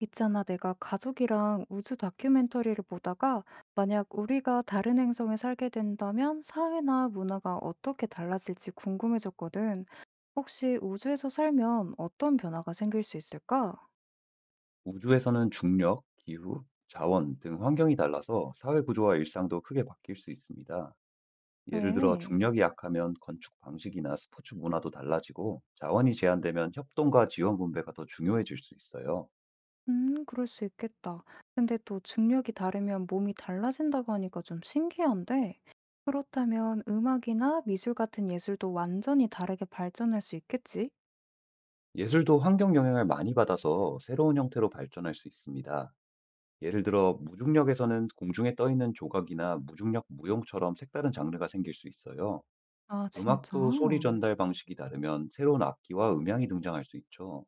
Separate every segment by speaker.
Speaker 1: 있잖아, 내가 가족이랑 우주 다큐멘터리를 보다가 만약 우리가 다른 행성에 살게 된다면 사회나 문화가 어떻게 달라질지 궁금해졌거든. 혹시 우주에서 살면 어떤 변화가 생길 수 있을까?
Speaker 2: 우주에서는 중력, 기후, 자원 등 환경이 달라서 사회 구조와 일상도 크게 바뀔 수 있습니다. 예를 들어
Speaker 1: 그래.
Speaker 2: 중력이 약하면 건축 방식이나 스포츠 문화도 달라지고 자원이 제한되면 협동과 지원 분배가 더 중요해질 수 있어요.
Speaker 1: 그럴 수 있겠다. 근데 또 중력이 다르면 몸이 달라진다고 하니까 좀 신기한데. 그렇다면 음악이나 미술 같은 예술도 완전히 다르게 발전할 수 있겠지?
Speaker 2: 예술도 환경 영향을 많이 받아서 새로운 형태로 발전할 수 있습니다. 예를 들어 무중력에서는 공중에 떠 있는 조각이나 무중력 무용처럼 색다른 장르가 생길 수 있어요.
Speaker 1: 아, 진짜?
Speaker 2: 음악도 소리 전달 방식이 다르면 새로운 악기와 음향이 등장할 수 있죠.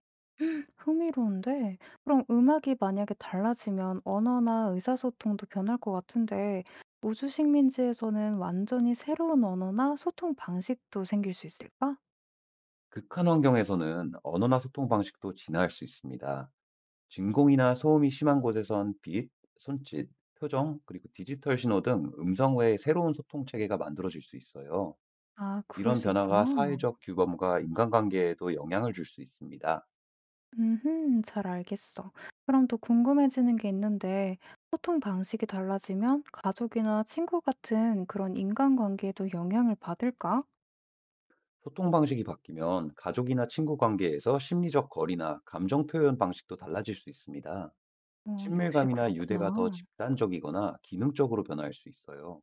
Speaker 1: 흥미로운데, 그럼 음악이 만약에 달라지면 언어나 의사소통도 변할 것 같은데, 우주 식민지에서는 완전히 새로운 언어나 소통 방식도 생길 수 있을까?
Speaker 2: 극한 환경에서는 언어나 소통 방식도 진화할 수 있습니다. 진공이나 소음이 심한 곳에선 빛, 손짓, 표정, 그리고 디지털 신호 등 음성 외의 새로운 소통 체계가 만들어질 수 있어요.
Speaker 1: 아, 그럴
Speaker 2: 이런
Speaker 1: 수
Speaker 2: 변화가
Speaker 1: 있구나.
Speaker 2: 사회적 규범과 인간관계에도 영향을 줄 수 있습니다.
Speaker 1: 잘 알겠어. 그럼 또 궁금해지는 게 있는데, 소통 방식이 달라지면 가족이나 친구 같은 그런 인간관계에도 영향을 받을까?
Speaker 2: 소통 방식이 바뀌면 가족이나 친구 관계에서 심리적 거리나 감정 표현 방식도 달라질 수 있습니다.
Speaker 1: 어, 역시
Speaker 2: 친밀감이나 유대가 더
Speaker 1: 그렇구나.
Speaker 2: 집단적이거나 기능적으로 변화할 수 있어요.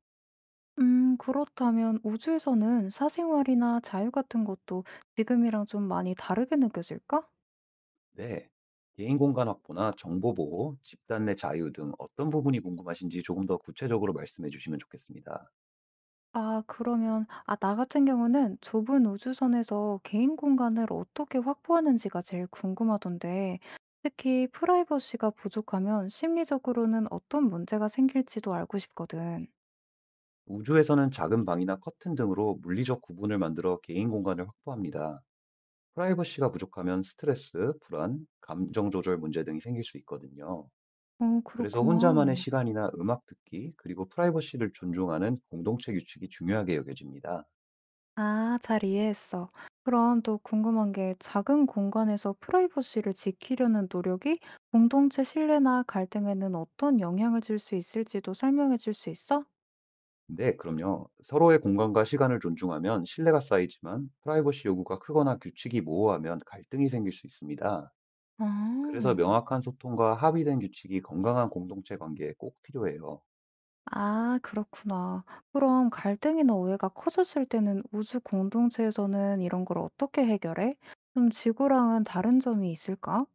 Speaker 1: 그렇다면 우주에서는 사생활이나 자유 같은 것도 지금이랑 좀 많이 다르게 느껴질까?
Speaker 2: 네. 개인 공간 확보나 정보 보호, 집단 내 자유 등 어떤 부분이 궁금하신지 조금 더 구체적으로 말씀해 주시면 좋겠습니다.
Speaker 1: 아, 그러면, 아, 나 같은 경우는 좁은 우주선에서 개인 공간을 어떻게 확보하는지가 제일 궁금하던데, 특히 프라이버시가 부족하면 심리적으로는 어떤 문제가 생길지도 알고 싶거든.
Speaker 2: 우주에서는 작은 방이나 커튼 등으로 물리적 구분을 만들어 개인 공간을 확보합니다. 프라이버시가 부족하면 스트레스, 불안, 감정 조절 문제 등이 생길 수 있거든요.
Speaker 1: 어,
Speaker 2: 그래서 혼자만의
Speaker 1: 그렇구나.
Speaker 2: 시간이나 음악 듣기, 그리고 프라이버시를 존중하는 공동체 규칙이 중요하게 여겨집니다.
Speaker 1: 아, 잘 이해했어. 그럼 또 궁금한 게 작은 공간에서 프라이버시를 지키려는 노력이 공동체 신뢰나 갈등에는 어떤 영향을 줄 수 있을지도 설명해 줄 수 있어?
Speaker 2: 네, 그럼요. 서로의 공간과 시간을 존중하면 신뢰가 쌓이지만 프라이버시 요구가 크거나 규칙이 모호하면 갈등이 생길 수 있습니다. 그래서
Speaker 1: 아,
Speaker 2: 명확한 소통과 합의된 규칙이 건강한 공동체 관계에 꼭 필요해요.
Speaker 1: 아, 그렇구나. 그럼 갈등이나 오해가 커졌을 때는 우주 공동체에서는 이런 걸 어떻게 해결해? 좀 지구랑은 다른 점이 있을까?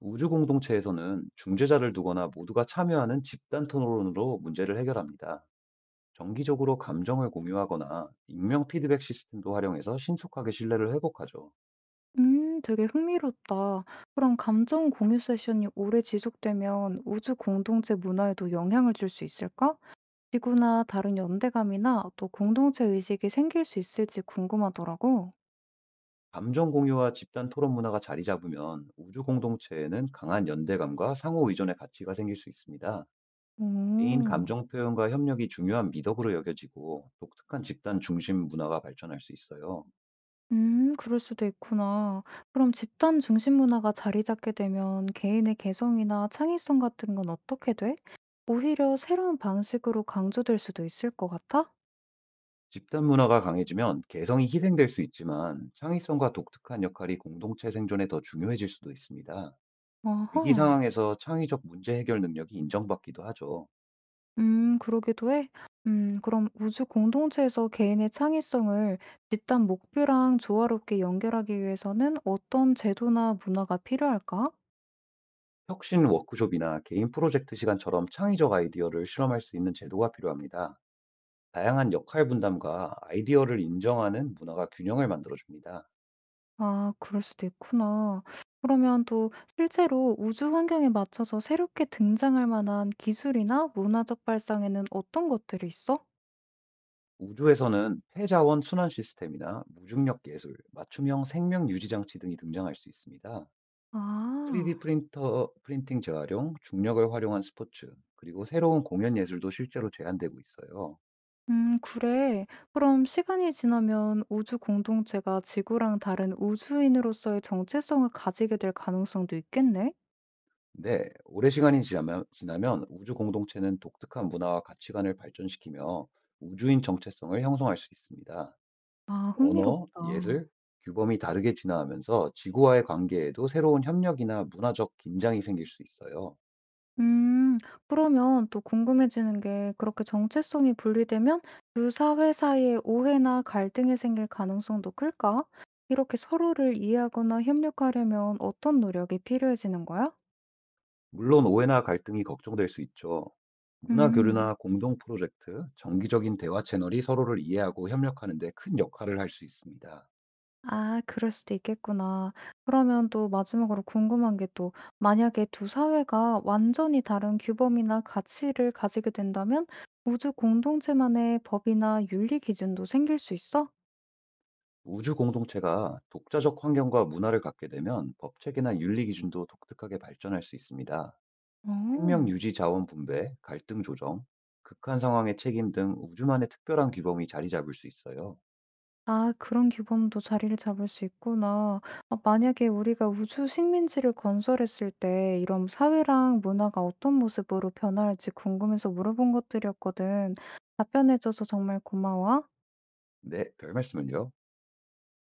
Speaker 2: 우주 공동체에서는 중재자를 두거나 모두가 참여하는 집단 토론으로 문제를 해결합니다. 정기적으로 감정을 공유하거나 익명 피드백 시스템도 활용해서 신속하게 신뢰를 회복하죠.
Speaker 1: 되게 흥미롭다. 그럼 감정 공유 세션이 오래 지속되면 우주 공동체 문화에도 영향을 줄 수 있을까? 지구나 다른 연대감이나 또 공동체 의식이 생길 수 있을지 궁금하더라고.
Speaker 2: 감정 공유와 집단 토론 문화가 자리 잡으면 우주 공동체에는 강한 연대감과 상호 의존의 가치가 생길 수 있습니다. 개인
Speaker 1: 오,
Speaker 2: 감정 표현과 협력이 중요한 미덕으로 여겨지고 독특한 집단 중심 문화가 발전할 수 있어요.
Speaker 1: 그럴 수도 있구나. 그럼 집단 중심 문화가 자리 잡게 되면 개인의 개성이나 창의성 같은 건 어떻게 돼? 오히려 새로운 방식으로 강조될 수도 있을 것 같아?
Speaker 2: 집단 문화가 강해지면 개성이 희생될 수 있지만 창의성과 독특한 역할이 공동체 생존에 더 중요해질 수도 있습니다. 위기
Speaker 1: 아하.
Speaker 2: 상황에서 창의적 문제 해결 능력이 인정받기도 하죠.
Speaker 1: 그러기도 해? 그럼 우주 공동체에서 개인의 창의성을 집단 목표랑 조화롭게 연결하기 위해서는 어떤 제도나 문화가 필요할까?
Speaker 2: 혁신 워크숍이나 개인 프로젝트 시간처럼 창의적 아이디어를 실험할 수 있는 제도가 필요합니다. 다양한 역할 분담과 아이디어를 인정하는 문화가 균형을 만들어줍니다.
Speaker 1: 아, 그럴 수도 있구나. 그러면 또 실제로 우주 환경에 맞춰서 새롭게 등장할 만한 기술이나 문화적 발상에는 어떤 것들이 있어?
Speaker 2: 우주에서는 폐자원 순환 시스템이나 무중력 예술, 맞춤형 생명 유지 장치 등이 등장할 수 있습니다. 3D
Speaker 1: 아,
Speaker 2: 프린터, 프린팅 재활용, 중력을 활용한 스포츠, 그리고 새로운 공연 예술도 실제로 제안되고 있어요.
Speaker 1: 그래. 그럼 시간이 지나면 우주 공동체가 지구랑 다른 우주인으로서의 정체성을 가지게 될 가능성도 있겠네?
Speaker 2: 근데 오랜 시간이 지나면 우주 공동체는 독특한 문화와 가치관을 발전시키며 우주인 정체성을 형성할 수 있습니다.
Speaker 1: 아,
Speaker 2: 언어,
Speaker 1: 흥미롭다.
Speaker 2: 예술, 규범이 다르게 진화하면서 지구와의 관계에도 새로운 협력이나 문화적 긴장이 생길 수 있어요.
Speaker 1: 음, 그러면 또 궁금해지는 게 그렇게 정체성이 분리되면 두 사회 사이에 오해나 갈등이 생길 가능성도 클까? 이렇게 서로를 이해하거나 협력하려면 어떤 노력이 필요해지는 거야?
Speaker 2: 물론 오해나 갈등이 걱정될 수 있죠. 문화
Speaker 1: 음.
Speaker 2: 교류나 공동 프로젝트, 정기적인 대화 채널이 서로를 이해하고 협력하는 데 큰 역할을 할 수 있습니다.
Speaker 1: 아, 그럴 수도 있겠구나. 그러면 또 마지막으로 궁금한 게 또 만약에 두 사회가 완전히 다른 규범이나 가치를 가지게 된다면 우주 공동체만의 법이나 윤리 기준도 생길 수 있어?
Speaker 2: 우주 공동체가 독자적 환경과 문화를 갖게 되면 법체계나 윤리 기준도 독특하게 발전할 수 있습니다.
Speaker 1: 어.
Speaker 2: 생명 유지 자원 분배, 갈등 조정, 극한 상황의 책임 등 우주만의 특별한 규범이 자리 잡을 수 있어요.
Speaker 1: 아, 그런 규범도 자리를 잡을 수 있구나. 아, 만약에 우리가 우주 식민지를 건설했을 때 이런 사회랑 문화가 어떤 모습으로 변화할지 궁금해서 물어본 것들이었거든. 답변해 줘서 정말 고마워.
Speaker 2: 네, 별 말씀을요.